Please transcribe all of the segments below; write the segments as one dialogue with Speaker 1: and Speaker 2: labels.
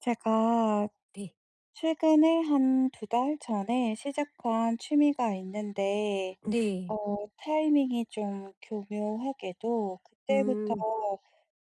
Speaker 1: 제가
Speaker 2: 네.
Speaker 1: 최근에 한 두 달 전에 시작한 취미가 있는데
Speaker 2: 네.
Speaker 1: 타이밍이 좀 교묘하게도 그때부터
Speaker 2: 음.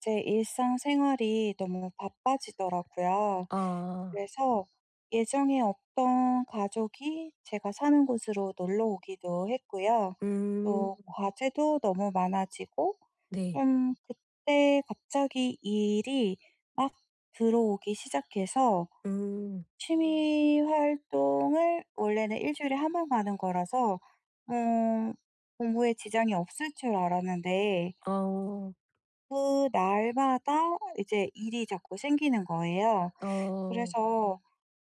Speaker 1: 제 일상생활이 너무 바빠지더라고요.
Speaker 2: 아.
Speaker 1: 그래서 예정에 없던 가족이 제가 사는 곳으로 놀러 오기도 했고요.
Speaker 2: 음.
Speaker 1: 또 과제도 너무 많아지고
Speaker 2: 네.
Speaker 1: 좀 그때 갑자기 일이 막 들어오기 시작해서
Speaker 2: 음.
Speaker 1: 취미 활동을 원래는 일 주일에 한번 가는 거라서 어 공부에 지장이 없을 줄 알았는데
Speaker 2: 어.
Speaker 1: 그날마다 이제 일이 자꾸 생기는 거예요.
Speaker 2: 어.
Speaker 1: 그래서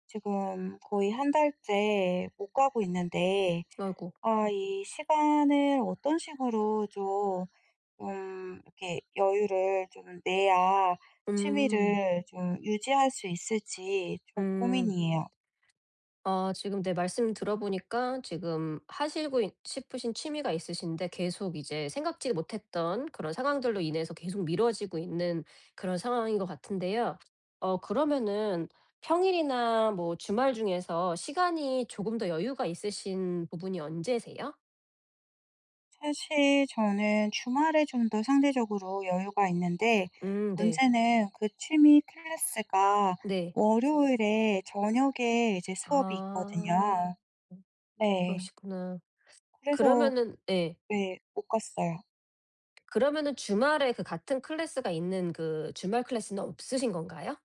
Speaker 1: 지금 거의 한 달째 못 가고 있는데
Speaker 2: 아이고.
Speaker 1: 아, 이 시간을 어떤 식으로 좀 이렇게 여유를 좀 내야
Speaker 2: 음.
Speaker 1: 취미를 좀 유지할 수 있을지 좀
Speaker 2: 음.
Speaker 1: 고민이에요.
Speaker 2: 아 지금 네 말씀 들어보니까 지금 하시고 있 싶으신 취미가 있으신데 계속 이제 생각지 못했던 그런 상황들로 인해서 계속 미뤄지고 있는 그런 상황인 것 같은데요. 그러면은 평일이나 뭐 주말 중에서 시간이 조금 더 여유가 있으신 부분이 언제세요?
Speaker 1: 사실 저는 주말에 좀 더 상대적으로 여유가 있는데
Speaker 2: 네.
Speaker 1: 문제는 그 취미 클래스가
Speaker 2: 네.
Speaker 1: 월요일에 저녁에 이제 수업이
Speaker 2: 아.
Speaker 1: 있거든요. 네.
Speaker 2: 그러시구나.
Speaker 1: 그래서
Speaker 2: 그러면은 예.
Speaker 1: 네, 못 갔어요.
Speaker 2: 그러면은 주말에 그 같은 클래스가 있는 그 주말 클래스는 없으신 건가요?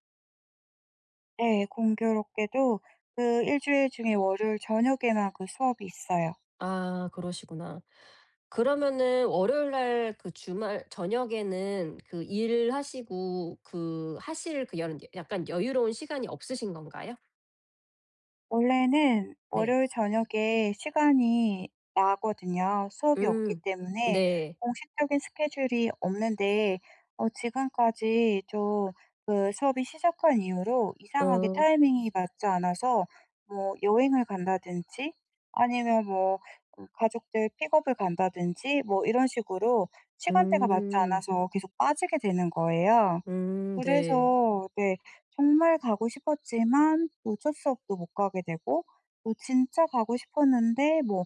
Speaker 1: 네, 공교롭게도 그 일 주일 중에 월요일 저녁에만 그 수업이 있어요.
Speaker 2: 아 그러시구나. 그러면은 월요일 날 그 주말 저녁에는 그 일하시고 그 하실 그여 약간 여유로운 시간이 없으신 건가요?
Speaker 1: 원래는
Speaker 2: 네.
Speaker 1: 월요일 저녁에 시간이 나거든요. 수업이 없기
Speaker 2: 음.
Speaker 1: 때문에
Speaker 2: 네.
Speaker 1: 공식적인 스케줄이 없는데 지금까지 좀 그 수업이 시작한 이후로 이상하게
Speaker 2: 어.
Speaker 1: 타이밍이 맞지 않아서 뭐 여행을 간다든지 아니면 뭐 가족들 픽업을 간다든지 뭐 이런 식으로 시간대가 맞지
Speaker 2: 음.
Speaker 1: 않아서 계속 빠지게 되는 거예요.
Speaker 2: 네.
Speaker 1: 그래서 네, 정말 가고 싶었지만 어쩔 수 없이 못 가게 되고 또 진짜 가고 싶었는데 뭐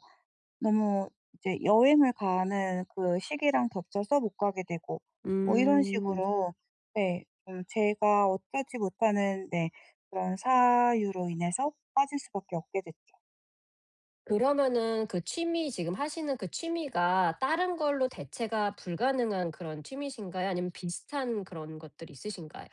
Speaker 1: 너무 이제 여행을 가는 그 시기랑 겹쳐서 못 가게 되고 뭐 이런
Speaker 2: 음.
Speaker 1: 식으로 네, 좀 제가 어쩌지 못하는 네, 그런 사유로 인해서 빠질 수밖에 없게 됐죠.
Speaker 2: 그러면은 그 취미 지금 하시는 그 취미가 다른 걸로 대체가 불가능한 그런 취미신가요? 아니면 비슷한 그런 것들이 있으신가요?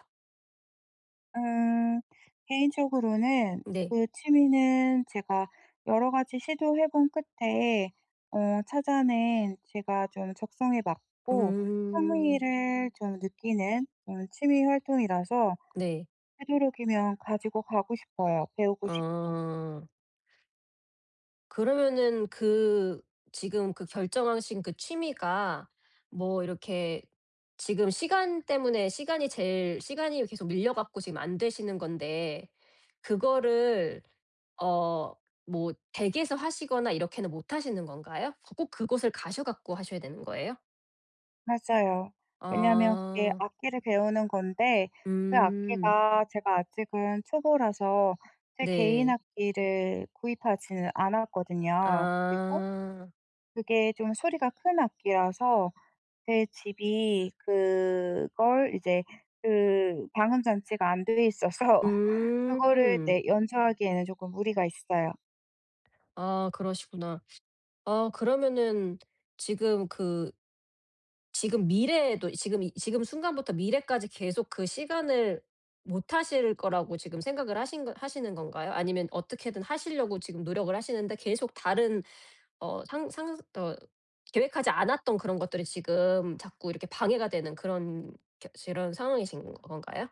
Speaker 1: 음 개인적으로는
Speaker 2: 네.
Speaker 1: 그 취미는 제가 여러 가지 시도해 본 끝에 찾아낸 제가 좀 적성에 맞고
Speaker 2: 음.
Speaker 1: 흥미를 좀 느끼는 좀 취미 활동이라서
Speaker 2: 네.
Speaker 1: 되도록이면 가지고 가고 싶어요. 배우고 싶고.
Speaker 2: 어. 그러면은 그 지금 그 결정하신 그 취미가 뭐 이렇게 지금 시간 때문에 시간이 제일 시간이 계속 밀려 갖고 지금 안 되시는 건데 그거를 어 뭐 댁에서 하시거나 이렇게는 못 하시는 건가요? 그 꼭 그곳을 가셔 갖고 하셔야 되는 거예요?
Speaker 1: 맞아요. 왜냐하면 그게
Speaker 2: 아.
Speaker 1: 악기를 배우는 건데 그
Speaker 2: 음.
Speaker 1: 악기가 제가 아직은 초보라서 제 개인
Speaker 2: 네.
Speaker 1: 악기를 구입하지는 않았거든요. 그리고
Speaker 2: 아.
Speaker 1: 그게 좀 소리가 큰 악기라서 제 집이 그걸 이제 그 방음 장치가 안 돼 있어서 그거를
Speaker 2: 음.
Speaker 1: 네, 연주하기에는 조금 무리가 있어요.
Speaker 2: 아 그러시구나. 아 그러면은 지금 그 지금 미래에도 지금 이 지금 순간부터 미래까지 계속 그 시간을 못 하실 거라고 지금 생각을 하신 거 하시는 건가요? 아니면 어떻게든 하시려고 지금 노력을 하시는데 계속 다른 어 상 상 어 계획하지 않았던 그런 것들이 지금 자꾸 이렇게 방해가 되는 그런 겨런 상황이신 건가요?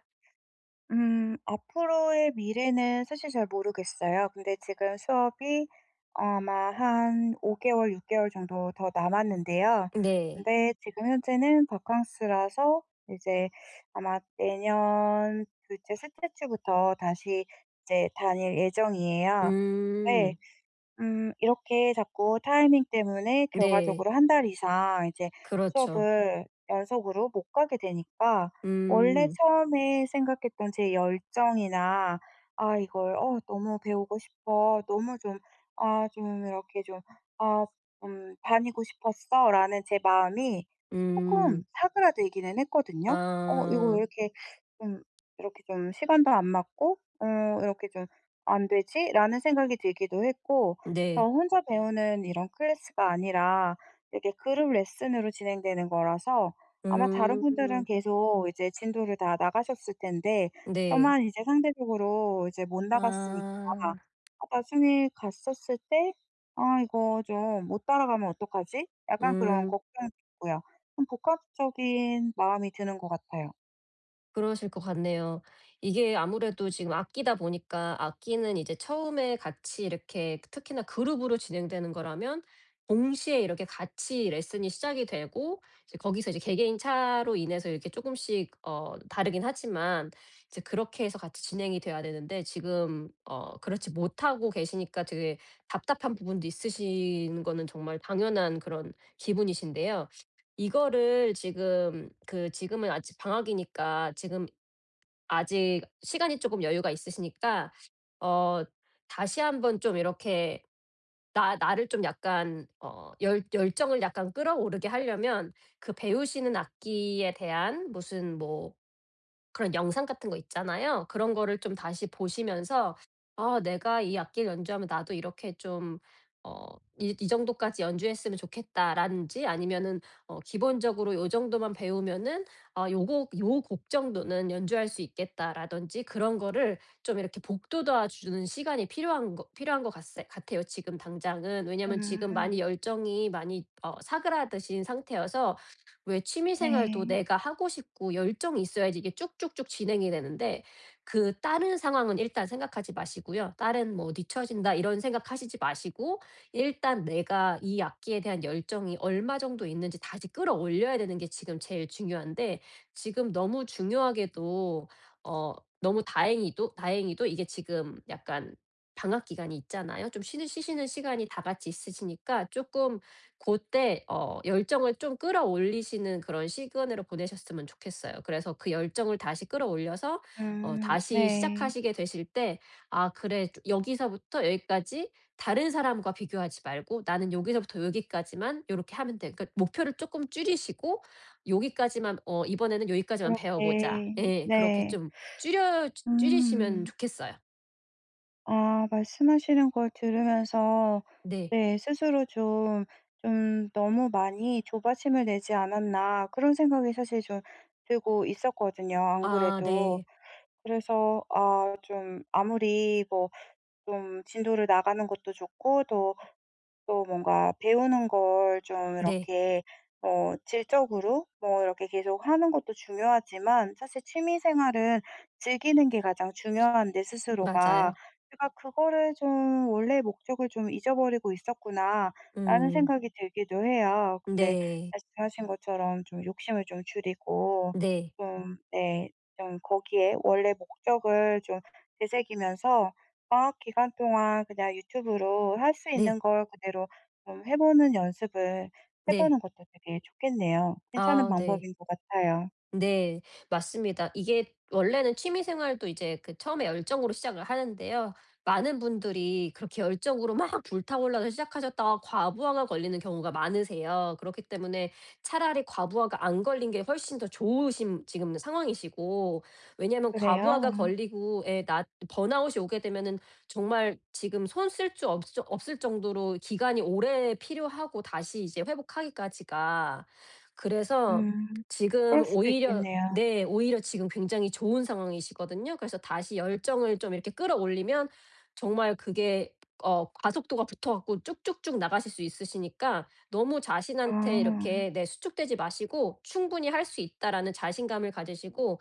Speaker 1: 앞으로의 미래는 사실 잘 모르겠어요. 근데 지금 수업이 아마 한 5개월 개월, 6개월 개월 정도 더 남았는데요.
Speaker 2: 네.
Speaker 1: 근데 지금 현재는 바캉스라서 이제 아마 내년 둘째 셋째 주부터 다시 이제 다닐 예정이에요. 네.
Speaker 2: 음.
Speaker 1: 음, 이렇게 자꾸 타이밍 때문에
Speaker 2: 네.
Speaker 1: 결과적으로 한 달 이상 이제
Speaker 2: 그렇죠.
Speaker 1: 수업을 연속으로 못 가게 되니까 원래
Speaker 2: 음.
Speaker 1: 처음에 생각했던 제 열정이나 '아 이걸 너무 배우고 싶어. 너무 좀 아 좀 이렇게 좀 아 다니고 싶었어.'라는 제 마음이
Speaker 2: 음.
Speaker 1: 조금 사그라들기는 했거든요. '어 이거 왜
Speaker 2: 아.
Speaker 1: 이렇게 좀 이렇게 좀 시간도 안 맞고 이렇게 좀 안 되지?'라는 생각이 들기도 했고 저
Speaker 2: 네.
Speaker 1: 혼자 배우는 이런 클래스가 아니라 이렇게 그룹 레슨으로 진행되는 거라서 아마 다른 분들은
Speaker 2: 음.
Speaker 1: 계속 이제 진도를 다 나가셨을 텐데
Speaker 2: 네.
Speaker 1: 저만 이제 상대적으로 이제 못 나갔으니까 아,
Speaker 2: 아.
Speaker 1: 나중에 갔었을 때 '아 이거 좀 못 따라가면 어떡하지?' 약간 그런
Speaker 2: 음.
Speaker 1: 걱정도 있고요. 좀 복합적인 마음이 드는 것 같아요.
Speaker 2: 그러실 것 같네요. 이게 아무래도 지금 악기다 보니까 악기는 이제 처음에 같이 이렇게 특히나 그룹으로 진행되는 거라면 동시에 이렇게 같이 레슨이 시작이 되고 이제 거기서 이제 개개인 차로 인해서 이렇게 조금씩 다르긴 하지만 이제 그렇게 해서 같이 진행이 돼야 되는데 지금 그렇지 못하고 계시니까 되게 답답한 부분도 있으신 거는 정말 당연한 그런 기분이신데요. 이거를 지금 그 지금은 아직 방학이니까 지금 아직 시간이 조금 여유가 있으시니까 어 다시 한번 좀 이렇게 나 나를 좀 약간 어 열 열정을 약간 끌어오르게 하려면 그 배우시는 악기에 대한 무슨 뭐 그런 영상 같은 거 있잖아요. 그런 거를 좀 다시 보시면서 '아 내가 이 악기를 연주하면 나도 이렇게 좀 이 정도까지 연주했으면 좋겠다.'라든지 아니면은 '기본적으로 요 정도만 배우면은 아 요곡 요 곡 정도는 연주할 수 있겠다.'라든지 그런 거를 좀 이렇게 복돋아 주는 시간이 필요한 거 필요한 것 같 같아요 지금 당장은. 왜냐면 지금 많이
Speaker 1: 음.
Speaker 2: 열정이 많이 사그라드신 상태여서 왜 취미 생활도
Speaker 1: 네.
Speaker 2: 내가 하고 싶고 열정이 있어야지 이게 쭉쭉쭉 진행이 되는데 그 다른 상황은 일단 생각하지 마시고요. 다른 뭐 '뒤처진다.' 이런 생각하시지 마시고 일단 내가 이 악기에 대한 열정이 얼마 정도 있는지 다시 끌어올려야 되는 게 지금 제일 중요한데 지금 너무 중요하게도 어 너무 다행히도 다행히도 이게 지금 약간 방학 기간이 있잖아요. 좀 쉬는 쉬시는 시간이 다 같이 있으시니까 조금 그때 열정을 좀 끌어올리시는 그런 시간으로 보내셨으면 좋겠어요. 그래서 그 열정을 다시 끌어올려서
Speaker 1: 음.
Speaker 2: 다시
Speaker 1: 네.
Speaker 2: 시작하시게 되실 때 '아 그래. 여기서부터 여기까지 다른 사람과 비교하지 말고 나는 여기서부터 여기까지만 요렇게 하면 돼.' 그러니까 목표를 쪼끔 줄이시고 '요기까지만 이번에는 요기까지만 배워 보자.'
Speaker 1: 그렇게
Speaker 2: 예. 그렇게
Speaker 1: 네.
Speaker 2: 좀 줄여 주 줄이시면
Speaker 1: 음.
Speaker 2: 좋겠어요.
Speaker 1: 아, 말씀하시는 걸 들으면서
Speaker 2: 네.
Speaker 1: 네, 스스로 좀, 좀 '너무 많이 조바심을 내지 않았나.' 그런 생각이 사실 좀 들고 있었거든요, 안
Speaker 2: 아
Speaker 1: 그래도.
Speaker 2: 네.
Speaker 1: 그래서 아 좀 아무리 뭐 좀 진도를 나가는 것도 좋고 또 뭔가 배우는 걸 좀
Speaker 2: 네.
Speaker 1: 이렇게 질적으로 뭐 이렇게 계속 하는 것도 중요하지만 사실 취미 생활은 즐기는 게 가장 중요한데 스스로가
Speaker 2: 맞아요.
Speaker 1: 제가 그거를 좀 원래 목적을 좀 잊어버리고 있었구나.'라는
Speaker 2: 음.
Speaker 1: 생각이 들기도 해요. 근데
Speaker 2: 네.
Speaker 1: 말씀하신 것처럼 좀 욕심을 좀 줄이고
Speaker 2: 네.
Speaker 1: 좀 네 좀 거기에 원래 목적을 좀 되새기면서 방학 기간 동안 그냥 유튜브로 할 수
Speaker 2: 네.
Speaker 1: 있는 걸 그대로 좀 해 보는 연습을 해
Speaker 2: 네.
Speaker 1: 보는 것도 되게 좋겠네요. 괜찮은
Speaker 2: 아 네.
Speaker 1: 방법인 것 같아요.
Speaker 2: 네. 맞습니다. 이게 원래는 취미 생활도 이제 그 처음에 열정으로 시작을 하는데요. 많은 분들이 그렇게 열정으로 막 불타올라서 시작하셨다가 과부하가 걸리는 경우가 많으세요. 그렇기 때문에 차라리 과부하가 안 걸린 게 훨씬 더 좋으신 지금 상황이시고 왜냐면 하 과부하가
Speaker 1: 그래요?
Speaker 2: 걸리고 에 나 번아웃이 오게 되면은 정말 지금 손 쓸 수 없을 정도로 기간이 오래 필요하고 다시 이제 회복하기까지가. 그래서
Speaker 1: 음.
Speaker 2: 지금
Speaker 1: 그럴 수도
Speaker 2: 오히려
Speaker 1: 있겠네요.
Speaker 2: 네 오히려 지금 굉장히 좋은 상황이시거든요. 그래서 다시 열정을 좀 이렇게 끌어올리면 정말 그게 가속도가 붙어 갖고 쭉쭉쭉 나가실 수 있으시니까 너무 자신한테
Speaker 1: 아.
Speaker 2: 이렇게 네 수축되지 마시고 '충분히 할 수 있다.'라는 자신감을 가지시고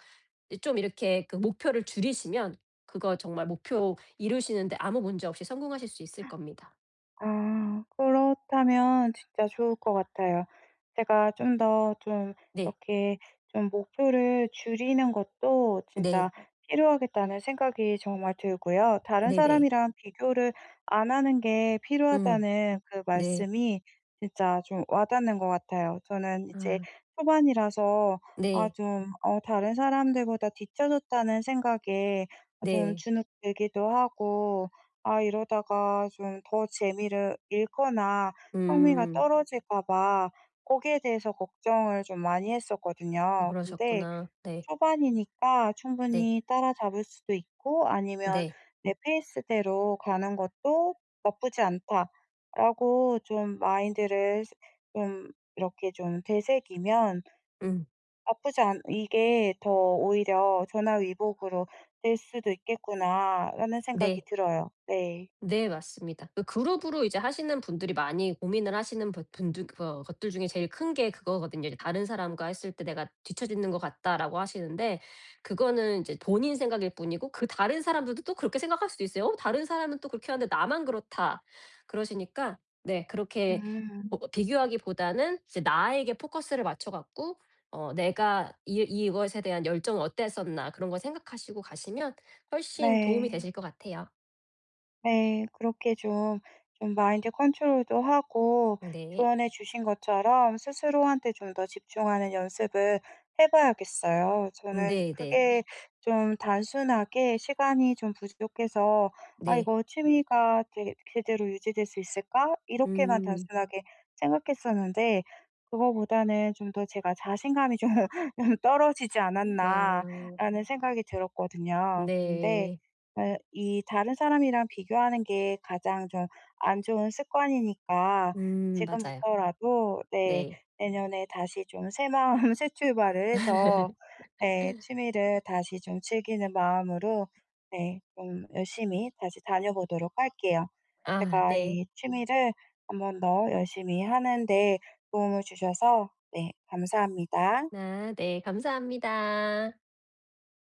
Speaker 2: 이 좀 이렇게 그 목표를 줄이시면 그거 정말 목표 이루시는 데 아무 문제 없이 성공하실 수 있을 겁니다.
Speaker 1: 아 그렇다면 진짜 좋을 것 같아요. 제가 좀 더 좀
Speaker 2: 네.
Speaker 1: 이렇게 좀 목표를 줄이는 것도
Speaker 2: 네.
Speaker 1: 진짜 필요하겠다는 생각이 정말 들고요. 다른
Speaker 2: 네네.
Speaker 1: 사람이랑 비교를 안 하는 게
Speaker 2: 음.
Speaker 1: 필요하다는 그
Speaker 2: 네.
Speaker 1: 말씀이 진짜 좀 와닿는 것 같아요. 저는 이제
Speaker 2: 아.
Speaker 1: 초반이라서 아
Speaker 2: 네.
Speaker 1: 좀 다른 사람들보다 뒤쳐졌다는 생각에 아 좀
Speaker 2: 네.
Speaker 1: 주눅 들기도 하고 아 이러다가 좀 더 재미를 잃거나 흥미가
Speaker 2: 음.
Speaker 1: 떨어질까 봐 거기에 대해서 걱정을 좀 많이
Speaker 2: 아
Speaker 1: 했었거든요. 근데
Speaker 2: 그러셨구나. 네.
Speaker 1: 초반이니까
Speaker 2: 네.
Speaker 1: 충분히 따라잡을 수도 있고 아니면
Speaker 2: 네.
Speaker 1: '내 페이스대로 가는 것도 나쁘지 않다.'라고 좀 마인드를 스 좀 이렇게 좀 되새기면
Speaker 2: 음.
Speaker 1: '나쁘지 않 이게 더 오히려 전화위복으로 될 수도 있겠구나.'라는 생각이
Speaker 2: 네.
Speaker 1: 들어요. 네.
Speaker 2: 네 맞습니다. 그 그룹으로 이제 하시는 분들이 많이 고민을 하시는 분들 그 것들 중에 제일 큰 게 그거거든요. 이제 "다른 사람과 했을 때 내가 뒤처지는 것 같다."라고 하시는데 그거는 이제 본인 생각일 뿐이고 그 다른 사람들도 또 그렇게 생각할 수도 있어요. '어 다른 사람은 또 그렇게 하는데 나만 그렇다.' 그러시니까 네 그렇게
Speaker 1: 음.
Speaker 2: 비교하기보다는 이제 나에게 포커스를 맞춰 갖고 '내가 이 이것에 대한 열정은 어땠었나.' 그런 걸 생각하시고 가시면 훨씬 도움이
Speaker 1: 네.
Speaker 2: 되실 것 같아요.
Speaker 1: 네. 그렇게 좀 좀 마인드 컨트롤도 하고
Speaker 2: 네.
Speaker 1: 조언해 주신 것처럼 스스로한테 좀 더 집중하는 연습을 해 봐야겠어요. 저는
Speaker 2: 네네.
Speaker 1: 그게 좀 단순하게 시간이 좀 부족해서 '아
Speaker 2: 네.
Speaker 1: 이거 취미가 되 제대로 유지될 수 있을까?' 이렇게만
Speaker 2: 음.
Speaker 1: 단순하게 생각했었는데 그거보다는 좀 더 제가 '자신감이 좀 좀 떨어지지
Speaker 2: 아
Speaker 1: 않았나.'라는 생각이 들었거든요. 근데
Speaker 2: 네.
Speaker 1: 예, 이 다른 사람이랑 비교하는 게 가장 좀 안 좋은 습관이니까
Speaker 2: 맞아요.
Speaker 1: 지금부터라도 네,
Speaker 2: 네.
Speaker 1: 내년에 다시 좀 새 마음 새 출발을 해서 네, 취미를 다시 좀 즐기는 마음으로 네, 좀 열심히 다시 다녀보도록 할게요.
Speaker 2: 아
Speaker 1: 제가
Speaker 2: 네.
Speaker 1: 이 취미를 한번 더 열심히 하는 데 도움을 주셔서 네, 감사합니다.
Speaker 2: 아 네. 감사합니다.